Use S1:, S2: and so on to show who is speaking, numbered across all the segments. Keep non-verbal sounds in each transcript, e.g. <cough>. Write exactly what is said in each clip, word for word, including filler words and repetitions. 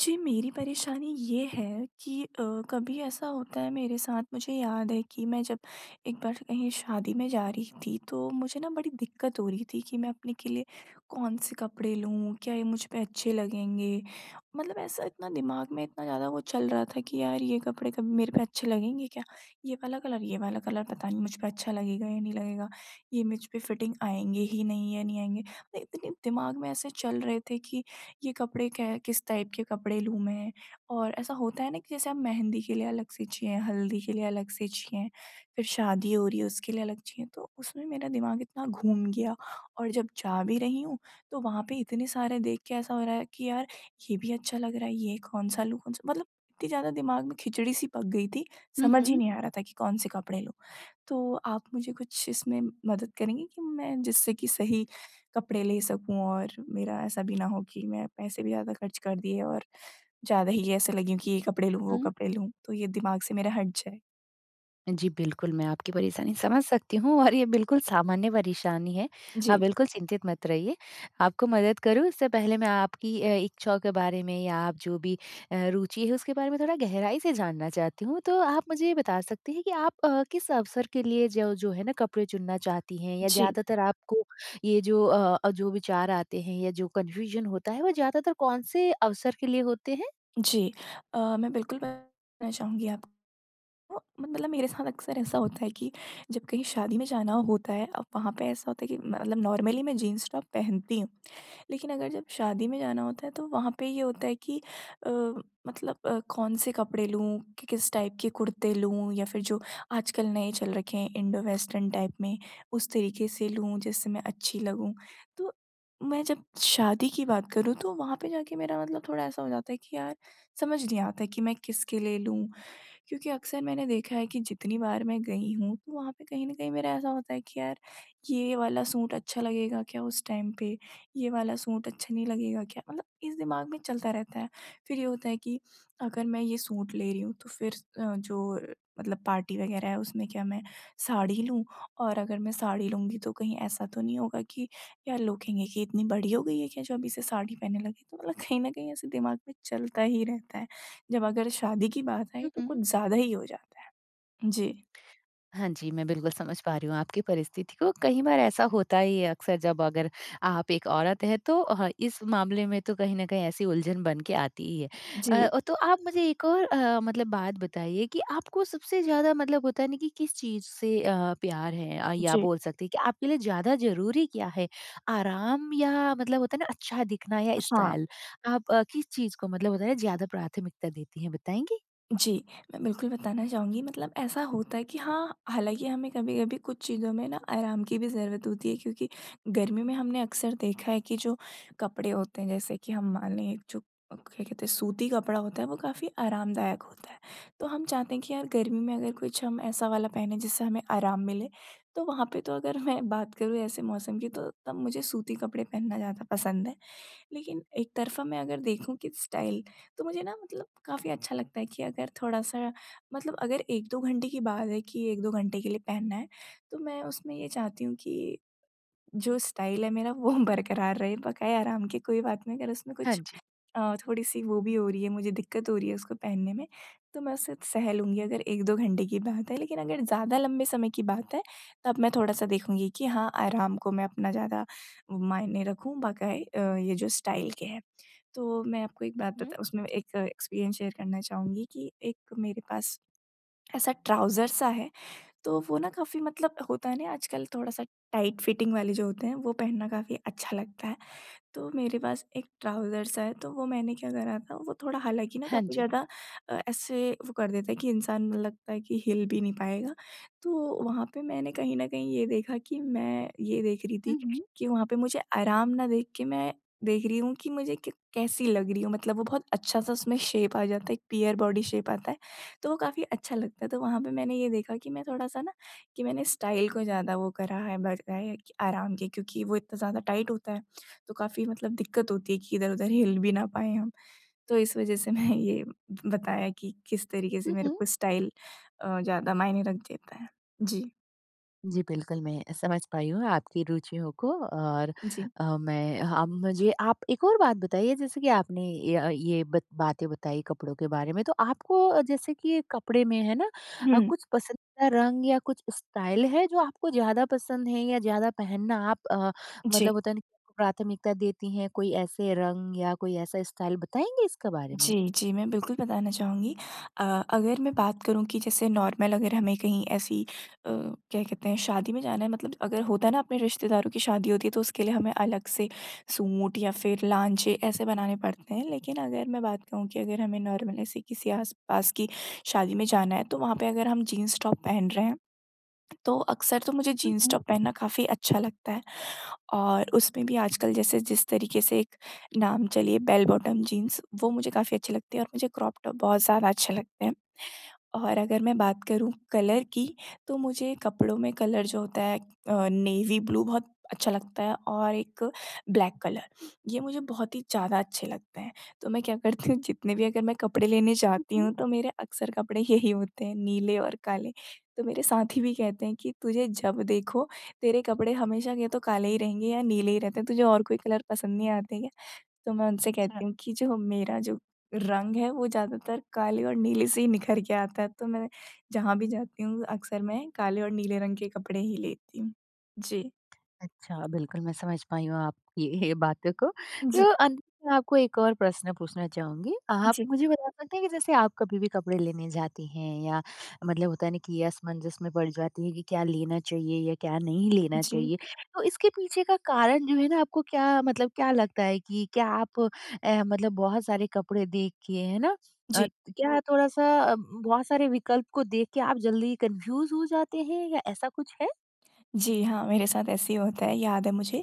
S1: जी, मेरी परेशानी ये है कि अ, कभी ऐसा होता है मेरे साथ। मुझे याद है कि मैं जब एक बार कहीं शादी में जा रही थी, तो मुझे ना बड़ी दिक्कत हो रही थी कि मैं अपने के लिए कौन-से कपड़े लूँ? क्या ये मुझ पे अच्छे लगेंगे? मतलब ऐसा इतना दिमाग में इतना ज़्यादा वो चल रहा था कि यार ये कपड़े कभी मेरे पे अच्छे लगेंगे क्या? ये वाला कलर ये वाला कलर पता नहीं मुझ पे अच्छा लगेगा या नहीं लगेगा? ये मुझ पे फिटिंग आएँगे ही नहीं या नहीं आएँगे? इतने दिमाग में ऐसे चल रहे थे कि ये कपड़े क्या किस टाइप के कपड़े लूँ मैं। और ऐसा होता है ना कि जैसे आप मेहंदी के लिए अलग से चाहिए, हल्दी के लिए अलग से चाहिए, फिर शादी हो रही है उसके लिए अलग चाहिए, तो उसमें मेरा दिमाग इतना घूम गया। और जब जा भी रही हूँ, तो वहाँ पे इतने सारे देख के ऐसा हो रहा है कि यार ये भी अच्छा लग रहा है, ये कौन-सा लूँ, कौन-सा मतलब इतनी ज़्यादा दिमाग में खिचड़ी सी पक गई थी,
S2: हुँ,
S1: समझ ही
S2: हुँ।
S1: नहीं आ रहा था कि कौन से कपड़े लूँ। तो आप मुझे कुछ इसमें मदद करेंगे कि मैं जिससे कि सही कपड़े ले सकूँ और मेरा ऐसा भी ना हो कि मैं पैसे भी ज़्यादा खर्च कर दिए और ज़्यादा ही ऐसे लगी हूँ कि ये कपड़े लूँ,
S2: हुँ,
S1: वो
S2: हुँ।
S1: कपड़े लूँ, तो ये दिमाग से मेरा हट जाए।
S2: जी, बिल्कुल, मैं आपकी परेशानी समझ सकती हूँ और ये बिल्कुल सामान्य परेशानी है। आप
S1: जी,
S2: बिल्कुल चिंतित मत रहिए। आपको मदद करूँ उससे पहले मैं आपकी अ, इच्छाओं के बारे में या आप जो भी अ, रुचि है उसके बारे में थोड़ा गहराई से जानना चाहती हूँ। तो आप मुझे ये बता सकते हैं कि आप अ, किस अवसर के लिए जो जो है ना कपड़े चुनना चाहती हैं, या
S1: जी,
S2: ज़्यादातर आपको ये जो अ, जो विचार आते हैं या जो कन्फ्यूज़न होता है वो ज़्यादातर कौन से अवसर के लिए होते हैं?
S1: जी। अ, मैं बिल्कुल बताना चाहूँगी आपको। मतलब मेरे साथ अक्सर ऐसा होता है कि जब कहीं शादी में जाना होता है, अब वहाँ पे ऐसा होता है कि मतलब नॉर्मली मैं जीन्स टॉप पहनती हूँ। लेकिन अगर जब शादी में जाना होता है तो वहाँ पे ये होता है कि अ, मतलब अ, कौन से कपड़े लूँ, कि किस टाइप के कुर्ते लूँ या फिर जो आजकल नए चल रखे हैं इंडो वेस्टर्न टाइप में, उस तरीके से लूँ जिससे मैं अच्छी लगूँ। तो मैं जब शादी की बात करूँ तो वहाँ पे जाके मेरा मतलब थोड़ा ऐसा हो जाता है कि यार समझ नहीं आता कि मैं किसके लिए लूँ, क्योंकि अक्सर मैंने देखा है कि जितनी बार मैं गई हूँ तो वहाँ पे कहीं न कहीं मेरा ऐसा होता है कि यार ये वाला सूट अच्छा लगेगा क्या उस टाइम पे? ये वाला सूट अच्छा नहीं लगेगा क्या? मतलब इस दिमाग में चलता रहता है। फिर ये होता है कि अगर मैं ये सूट ले रही हूँ तो फिर अ, जो मतलब पार्टी वगैरह है उसमें क्या मैं साड़ी लूँ? और अगर मैं साड़ी लूँगी तो कहीं ऐसा तो नहीं होगा कि यार लोग कहेंगे कि इतनी बड़ी हो गई है क्या जो अब इसे साड़ी पहनने लगी? तो मतलब कहीं न कहीं ऐसे दिमाग में चलता ही रहता है। जब अगर शादी की बात आई
S2: हुँ,
S1: तो कुछ
S2: हुँ।
S1: ज़्यादा ही हो जाता है। जी।
S2: हाँ जी, मैं बिल्कुल समझ पा रही हूँ आपकी परिस्थिति को। कई बार ऐसा होता ही है अक्सर, जब अगर आप एक औरत हैं तो अ, इस मामले में तो कहीं न कहीं ऐसी उलझन बन के आती ही है।
S1: जी,
S2: अ, तो आप मुझे एक और अ, मतलब बात बताइए कि आपको सबसे ज़्यादा मतलब होता है ना कि किस चीज़ से अ, प्यार है, अ, या
S1: जी।
S2: बोल सकते हैं कि आपके लिए ज़्यादा ज़रूरी क्या है? आराम, या मतलब होता है ना अच्छा दिखना, या
S1: हाँ।
S2: स्टाइल? आप अ, किस चीज़ को मतलब होता है ना ज़्यादा प्राथमिकता देती हैं, बताएँगी?
S1: जी, मैं बिल्कुल बताना चाहूँगी। मतलब ऐसा होता है कि हाँ, हालाँकि हमें कभी-कभी कुछ चीज़ों में ना आराम की भी ज़रूरत होती है, क्योंकि गर्मी में हमने अक्सर देखा है कि जो कपड़े होते हैं जैसे कि हम मान लें एक जो क्या कहते हैं सूती कपड़ा होता है वो काफ़ी आरामदायक होता है। तो हम चाहते हैं कि यार गर्मी में अगर कुछ हम ऐसा वाला पहने जिससे हमें आराम मिले, तो वहाँ पे तो अगर मैं बात करूँ ऐसे मौसम की तो तब मुझे सूती कपड़े पहनना ज़्यादा पसंद है। लेकिन एक तरफ़ा मैं अगर देखूँ कि स्टाइल, तो मुझे ना मतलब काफ़ी अच्छा लगता है कि अगर थोड़ा-सा मतलब अगर एक दो घंटे की बात है कि एक दो घंटे के लिए पहनना है, तो मैं उसमें ये चाहती हूँ कि जो स्टाइल है मेरा वो <laughs> बरकरार रहे, बकाए आराम की कोई बात नहीं अगर उसमें
S2: हाँ
S1: कुछ
S2: जी।
S1: अ, थोड़ी-सी वो भी हो रही है, मुझे दिक्कत हो रही है उसको पहनने में, तो मैं उसे सह लूँगी अगर एक दो घंटे की बात है। लेकिन अगर ज़्यादा लंबे समय की बात है, तब मैं थोड़ा-सा देखूँगी कि हाँ, आराम को मैं अपना ज़्यादा मायने रखूँ बजाय अ, ये जो स्टाइल के है। तो मैं आपको एक बात
S2: हुँ।
S1: बता उसमें एक एक्सपीरियंस शेयर करना चाहूँगी कि एक मेरे पास ऐसा ट्राउज़र सा है, तो वो ना काफ़ी मतलब होता है ना आजकल थोड़ा-सा टाइट फिटिंग वाले जो होते हैं, वो पहनना काफ़ी अच्छा लगता है। तो मेरे पास एक ट्राउज़र्स है, तो वो मैंने क्या करा था, वो थोड़ा हालाँकि ना
S2: हाँ
S1: काफ़ी
S2: जी।
S1: ज़्यादा अ, ऐसे वो कर देता है कि इंसान लगता है कि हिल भी नहीं पाएगा। तो वहाँ पे मैंने कहीं न कहीं ये देखा कि मैं ये देख रही
S2: हुँ,
S1: थी
S2: हुँ।
S1: कि वहाँ पे मुझे आराम ना देख के मैं देख रही हूँ कि मुझे क कैसी लग रही हूँ, मतलब वो बहुत अच्छा-सा उसमें शेप आ जाता है, एक पियर बॉडी शेप आता है, तो वो काफ़ी अच्छा लगता है। तो वहाँ पे मैंने ये देखा कि मैं थोड़ा-सा ना कि मैंने स्टाइल को ज़्यादा वो करा है, बढ़ाया है कि आराम के, क्योंकि वो इतना ज़्यादा टाइट होता है। तो काफ़ी मतलब दिक्कत होती है कि इधर-उधर हिल भी ना पाएँ हम। तो इस वज़ह से मैं ये बताया कि किस तरीके से
S2: हुँ,
S1: मेरे
S2: हुँ।
S1: को स्टाइल अ, ज़्यादा मायने रख देता है। जी,
S2: जी, बिल्कुल, मैं समझ पाई हूँ आपकी रुचियों को। और
S1: जी।
S2: अ, मैं अब, मुझे आप एक और बात बताइए, जैसे कि आपने ये अ, ये बत बातें बताई कपड़ों के बारे में, तो आपको अ, जैसे कि ये कपड़े में है ना, अ,
S1: हुँ,
S2: कुछ पसंदीदा रंग या कुछ स्टाइल है जो आपको ज़्यादा पसंद है या ज़्यादा पहनना आप अ,
S1: जी।
S2: मतलब होता है ना कि आपको प्राथमिकता देती हैं, कोई ऐसे रंग या कोई ऐसा स्टाइल बताएँगे इसके बारे में?
S1: जी, जी, मैं बिल्कुल बताना चाहूँगी। अ, अगर मैं बात करूँ कि जैसे नॉर्मल अगर हमें कहीं ऐसी अ, क्या कहते हैं शादी में जाना है, मतलब अगर होता है ना अपने रिश्तेदारों की शादी होती है तो उसके लिए हमें अलग से सूट या फिर लांचे ऐसे बनाने पड़ते हैं। लेकिन अगर मैं बात कहूँ कि अगर हमें नॉर्मल ऐसे किसी आस-पास की शादी में जाना है तो वहाँ पे अगर हम जीन्स टॉप पहन रहे हैं तो अक्सर तो मुझे
S2: हुँ,
S1: जीन्स
S2: हुँ,
S1: टॉप पहनना काफ़ी अच्छा लगता है, और उसमें भी आजकल जैसे जिस तरीके से एक नाम चली है बेल बॉटम जीन्स वो मुझे काफ़ी अच्छी लगती है और मुझे क्रॉप टॉप बहुत ज़्यादा अच्छे लगते हैं। और अगर मैं बात करूँ कलर की, तो मुझे कपड़ों में कलर जो होता है अ, नेवी ब्लू बहुत अच्छा लगता है और एक ब्लैक कलर, ये मुझे बहुत ही ज़्यादा अच्छे लगते हैं। तो मैं क्या करती हूँ जितने भी अगर मैं कपड़े लेने
S2: हुँ,
S1: जाती
S2: हुँ।
S1: हूँ तो मेरे अक्सर कपड़े यही होते हैं, नीले और काले। तो मेरे साथी भी कहते हैं कि तुझे जब देखो तेरे कपड़े हमेशा या तो काले ही रहेंगे या नीले ही रहते हैं, तुझे और कोई कलर पसंद नहीं आते क्या? तो मैं उनसे
S2: अच्छा।
S1: कहती हूँ कि जो मेरा जो रंग है वो ज़्यादातर काले और नीले से ही निखर के आता है, तो मैं जहाँ भी जाती हूँ अक्सर मैं काले और नीले रंग के कपड़े ही लेती हूँ। जी।
S2: अच्छा, बिल्कुल मैं समझ पाई हूँ आपकी <laughs> ये बातों को।
S1: जी,
S2: तो अंत में आपको एक और प्रश्न पूछना चाहूँगी। आप
S1: जी,
S2: मुझे बता सकते हैं कि जैसे आप कभी भी कपड़े लेने जाती हैं या मतलब होता है ना कि ये असमंजस में पड़ जाती है कि क्या लेना चाहिए या क्या नहीं लेना
S1: जी,
S2: चाहिए। तो इसके पीछे का कारण जो है ना, आपको क्या मतलब क्या लगता है कि क्या आप अ, मतलब बहुत सारे कपड़े देख के, है ना? अ,
S1: जी।
S2: क्या थोड़ा-सा अ, बहुत सारे विकल्प को देख के आप जल्दी कन्फ्यूज़ हो जाते हैं, या ऐसा कुछ है?
S1: जी, हाँ, मेरे साथ ऐसे ही होता है, याद है मुझे।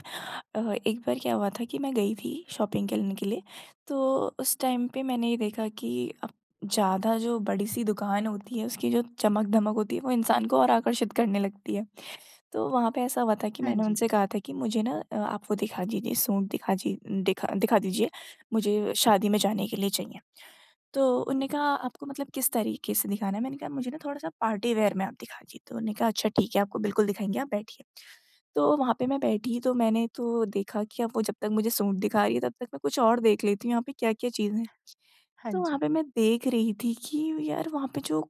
S1: अ, एक बार क्या हुआ था कि मैं गई थी शॉपिंग करने के लिए, तो उस टाइम पे मैंने ये देखा कि अब ज़्यादा जो बड़ी सी दुकान होती है उसकी जो चमक धमक होती है वो इंसान को और आकर्षित करने लगती है। तो वहाँ पे ऐसा हुआ था कि
S2: हाँ
S1: मैंने
S2: जी।
S1: उनसे कहा था कि मुझे ना अ, आप वो दिखा दीजिए, सूट दिखा जी दिखा दिखा दीजिए, मुझे शादी में जाने के लिए चाहिए। तो
S2: हुँ, हुँ।
S1: उन्होंने कहा आपको मतलब किस तरीके से दिखाना है? मैंने कहा मुझे ना थोड़ा-सा पार्टी वेयर में आप दिखा दीजिए। तो उन्होंने कहा अच्छा ठीक है आपको बिल्कुल दिखाएँगे आप बैठिए। तो वहाँ पे मैं बैठी तो मैंने तो देखा कि अब वो जब तक मुझे सूट दिखा रही है तब तक मैं कुछ और देख लेती हूँ यहाँ पे क्या-क्या चीज़ें।
S2: हाँ
S1: तो वहाँ
S2: जी।
S1: पे मैं देख रही थी कि यार वहाँ पे जो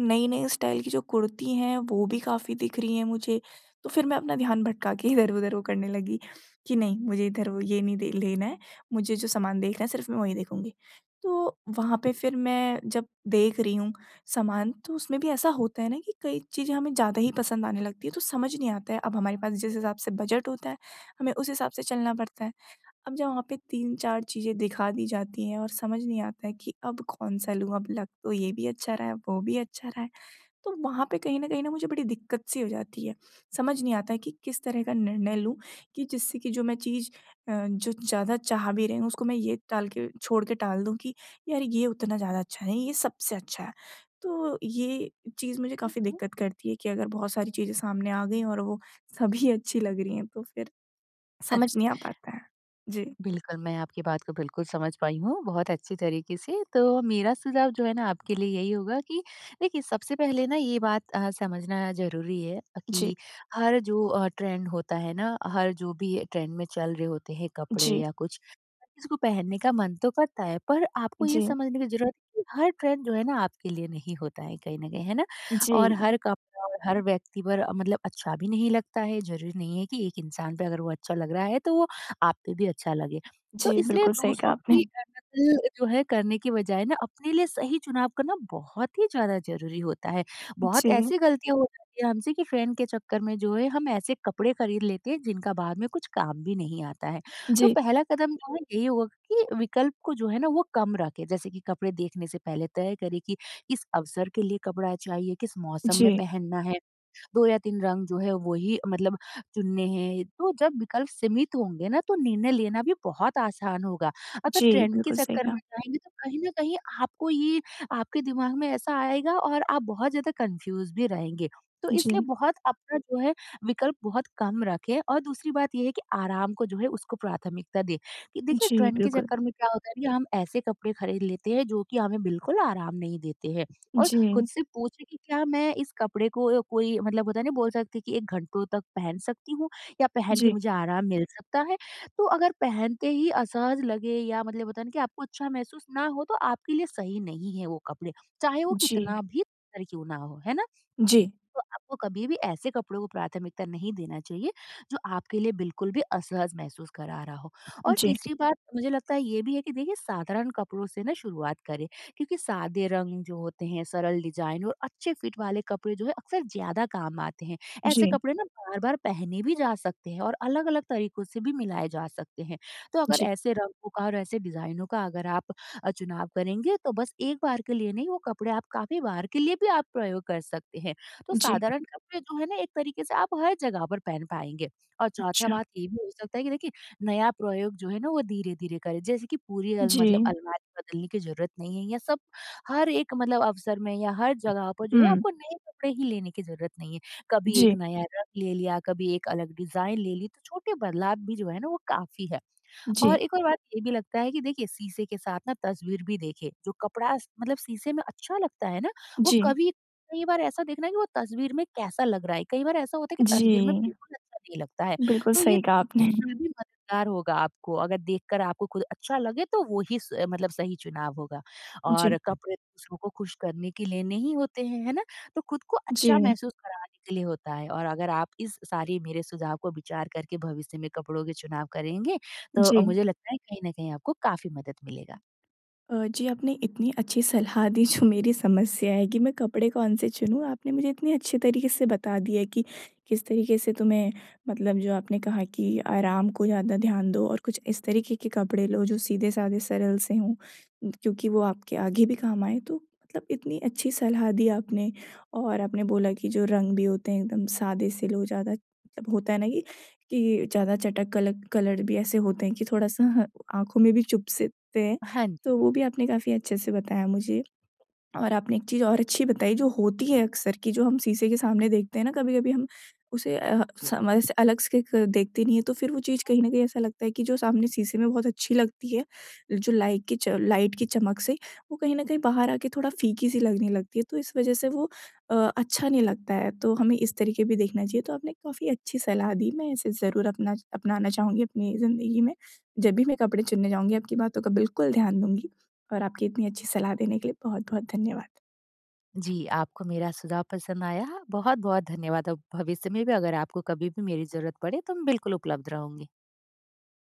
S1: नई-नई स्टाइल की जो कुर्ती हैं वो भी काफ़ी दिख रही हैं मुझे। तो फिर मैं अपना ध्यान भटका के इधर-उधर वो करने लगी कि नहीं मुझे इधर वो ये नहीं दे लेना है, मुझे जो सामान देखना है सिर्फ़ मैं वही देखूँगी। तो वहाँ पे फिर मैं जब देख रही हूँ सामान तो उसमें भी ऐसा होता है ना कि कई चीज़ें हमें ज़्यादा ही पसंद आने लगती है, तो समझ नहीं आता है अब हमारे पास जिस हिसाब से बजट होता है, हमें उस हिसाब से चलना पड़ता है। अब जब वहाँ पे तीन चार चीज़ें दिखा दी जाती हैं और समझ नहीं आता है कि अब कौन-सा लूँ, अब लग तो ये भी अच्छा रहा है, वो भी अच्छा रहा है। तो वहाँ पे कहीं न कहीं ना मुझे बड़ी दिक्कत-सी हो जाती है। समझ नहीं आता है कि किस तरह का निर्णय लूँ कि जिससे कि जो मैं चीज़ अ, जो ज़्यादा चाह भी रही हूँ उसको मैं ये टाल के छोड़ के टाल दूँ कि यार ये उतना ज़्यादा अच्छा नहीं, ये सबसे अच्छा है। तो ये चीज़ मुझे
S2: हुँ,
S1: काफ़ी
S2: हुँ।
S1: दिक्कत करती है कि अगर बहुत सारी चीज़ें सामने आ गई और वो सभी अच्छी लग रही हैं तो फिर समझ नहीं आ पाता है। जी।
S2: बिल्कुल, मैं आपकी बात को बिल्कुल समझ पाई हूँ, बहुत अच्छी तरीके से। तो मेरा सुझाव जो है ना आपके लिए यही होगा कि देखिए, सबसे पहले ना ये बात अ, समझना ज़रूरी है
S1: जी।
S2: कि हर जो अ, ट्रेंड होता है ना, हर जो भी ट्रेंड में चल रहे होते हैं कपड़े
S1: जी,
S2: या कुछ, हर किसी को पहनने का मन तो करता है, पर आपको ये
S1: जी,
S2: समझने की ज़रूरत है कि हर ट्रेंड जो है ना आपके लिए नहीं होता है कहीं न कहीं, है ना? और
S1: जी,
S2: हर कपड़ा और हर व्यक्ति पर अ, मतलब अच्छा भी नहीं लगता है। ज़रूरी नहीं है कि एक इंसान पे अगर वो अच्छा लग रहा है तो वो आप पे भी अच्छा लगे। तो
S1: जी,
S2: इसलिए
S1: बिल्कुल सही कहा
S2: दूसरों
S1: आपने।
S2: की अ, नकल जो है करने की बजाय ना अपने लिए सही चुनाव करना बहुत ही ज़्यादा ज़रूरी होता है। बहुत
S1: जी,
S2: ऐसी गलतियाँ हो जाती है हमसे कि ट्रेंड के चक्कर में जो है हम ऐसे कपड़े खरीद लेते हैं जिनका बाद में कुछ काम भी नहीं आता है। तो
S1: जी,
S2: पहला कदम जो है यही होगा कि विकल्प को जो है ना वो कम रखें। जैसे कि कपड़े देखने से पहले तय करें कि किस अवसर के लिए कपड़ा चाहिए, किस मौसम में
S1: जी,
S2: पहनना है। दो या तीन रंग जो है वही मतलब चुनने हैं। तो जब विकल्प सीमित होंगे ना तो निर्णय लेना भी बहुत आसान होगा। अगर
S1: जी,
S2: ट्रेंड के
S1: बिल्कुल सही
S2: चक्कर में
S1: कहा।
S2: जाएँगे तो कहीं न कहीं आपको ये, आपके दिमाग में ऐसा आएगा और आप बहुत ज़्यादा कन्फ्यूज़ भी रहेंगे। तो इसलिए
S1: जी,
S2: बहुत अपना जो है विकल्प बहुत कम रखें, और दूसरी बात ये है कि आराम को जो है उसको प्राथमिकता दें। कि देखिए,
S1: जी,
S2: ट्रेंड के
S1: बिल्कुल।
S2: चक्कर में क्या होता है कि हम ऐसे कपड़े खरीद लेते हैं जो कि हमें बिल्कुल आराम नहीं देते हैं, और
S1: जी,
S2: खुद से पूछे कि क्या मैं इस कपड़े को अ, कोई मतलब होता है ना, बोल सकते कि एक घंटों तक पहन सकती हूँ या पहन के
S1: जी,
S2: मुझे आराम मिल सकता है? तो अगर पहनते ही असहज लगे या मतलब होता है ना कि आपको अच्छा महसूस ना हो, तो आपके लिए सही नहीं है वो कपड़े, चाहे वो
S1: जी,
S2: कितना भी सुंदर क्यों ना हो, है ना?
S1: जी,
S2: तो आपको कभी भी ऐसे कपड़ों को प्राथमिकता नहीं देना चाहिए, जो आपके लिए बिल्कुल भी असहज महसूस करा रहा हो। और
S1: जी,
S2: तीसरी बात मुझे लगता है ये भी है कि देखिए, साधारण कपड़ों से ना शुरुआत करें, क्योंकि सादे रंग जो होते हैं, सरल डिज़ाइन और अच्छे फिट वाले कपड़े जो है अक्सर ज़्यादा काम आते हैं। ऐसे
S1: जी,
S2: कपड़े ना बार-बार पहने भी जा सकते हैं, और अलग-अलग तरीकों से भी मिलाए जा सकते हैं। तो अगर
S1: जी,
S2: ऐसे रंगों का और ऐसे डिज़ाइनों का अगर आप अ, चुनाव करेंगे, तो बस एक बार के लिए नहीं, वो कपड़े आप काफ़ी बार के लिए भी आप प्रयोग कर सकते हैं। तो
S1: जी,
S2: साधारण कपड़े जो है ना एक तरीके से आप हर जगह पर पहन पाएँगे। और चौथा
S1: अच्छा।
S2: बात ये भी हो सकता है कि देखिए, नया प्रयोग जो है ना वो धीरे-धीरे करें। जैसे कि पूरी अल
S1: जी,
S2: मतलब अलमारी बदलने की ज़रूरत नहीं है, या सब हर एक मतलब अवसर में या हर जगह पर जो है
S1: हुँ,
S2: आपको नए कपड़े ही लेने की ज़रूरत नहीं है। कभी एक
S1: जी,
S2: नया रंग ले लिया, कभी एक अलग डिज़ाइन ले ली, तो छोटे बदलाव भी जो है ना वो काफ़ी है। और
S1: जी,
S2: एक और बात ये भी लगता है कि देखिए, शीशे के साथ ना तस्वीर भी देखें। जो कपड़ा स मतलब शीशे में अच्छा लगता है ना, वो
S1: जी,
S2: कभी कई बार ऐसा देखना है कि वो तस्वीर में कैसा लग रहा है। कई बार ऐसा होता है कि तस्वीर में
S1: जी,
S2: बिल्कुल अच्छा नहीं लगता है,
S1: बिल्कुल
S2: तो ये
S1: सही कहा आपने।
S2: देखना भी मददगार होगा आपको। अगर देखकर आपको खुद अच्छा लगे तो वो ही स मतलब सही चुनाव होगा, और
S1: जी,
S2: कपड़े दूसरों को खुश करने के लिए नहीं होते हैं, है ना? तो खुद को
S1: जी,
S2: अच्छा महसूस कराने के लिए होता है, और अगर आप इस सारे मेरे सुझाव को विचार करके भविष्य में कपड़ों के चुनाव करेंगे, तो
S1: जी।
S2: अ, मुझे लगता है कहीं न कहीं आपको काफ़ी मदद मिलेगा।
S1: अ, जी, आपने इतनी अच्छी सलाह दी जो मेरी समस्या है कि मैं कपड़े कौन से चुनूँ, आपने मुझे इतने अच्छे तरीके से बता दिया कि किस तरीके से तुम्हें, मतलब जो आपने कहा कि आराम को ज़्यादा ध्यान दो और कुछ इस तरीके के कपड़े लो जो सीधे-साधे सरल से हों, न- क्योंकि वो आपके आगे भी काम आएँ। तो मतलब इतनी अच्छी सलाह दी आपने, और आपने बोला कि जो रंग भी होते हैं एकदम सादे से लो, ज़्यादा मतलब होता है ना कि कि ज़्यादा चटक कलक कलर भी ऐसे होते हैं कि थोड़ा-सा ह आँखों में भी चुभ सकते हैं।
S2: हाँ जी।
S1: तो वो भी आपने काफ़ी अच्छे से बताया मुझे, और आपने एक चीज़ और अच्छी बताई जो होती है अक्सर कि जो हम शीशे के सामने देखते हैं ना कभी-कभी हम उसे अ, सामने से अलग से क देखते नहीं है तो फिर वो चीज़ कहीं न कहीं ऐसा लगता है कि जो सामने शीशे में बहुत अच्छी लगती है, जो लाइट की च लाइट की चमक से वो कहीं न कहीं बाहर आके थोड़ा फीकी-सी लगने लगती है, तो इस वज़ह से वो अ, अच्छा नहीं लगता है, तो हमें इस तरीके भी देखना चाहिए। तो आपने काफ़ी अच्छी सलाह दी, मैं इसे ज़रूर अपना अपनाना चाहूँगी अपनी ज़िंदगी में। जब भी मैं कपड़े चुनने जाऊँगी आपकी बातों का बिल्कुल ध्यान दूँगी। और आपकी इतनी अच्छी सलाह देने के लिए बहुत-बहुत धन्यवाद।
S2: जी, आपको मेरा सुझाव पसंद आया। बहुत-बहुत धन्यवाद, और भविष्य में भी अगर आपको कभी भी मेरी ज़रूरत पड़े तो मैं बिल्कुल उपलब्ध रहूँगी।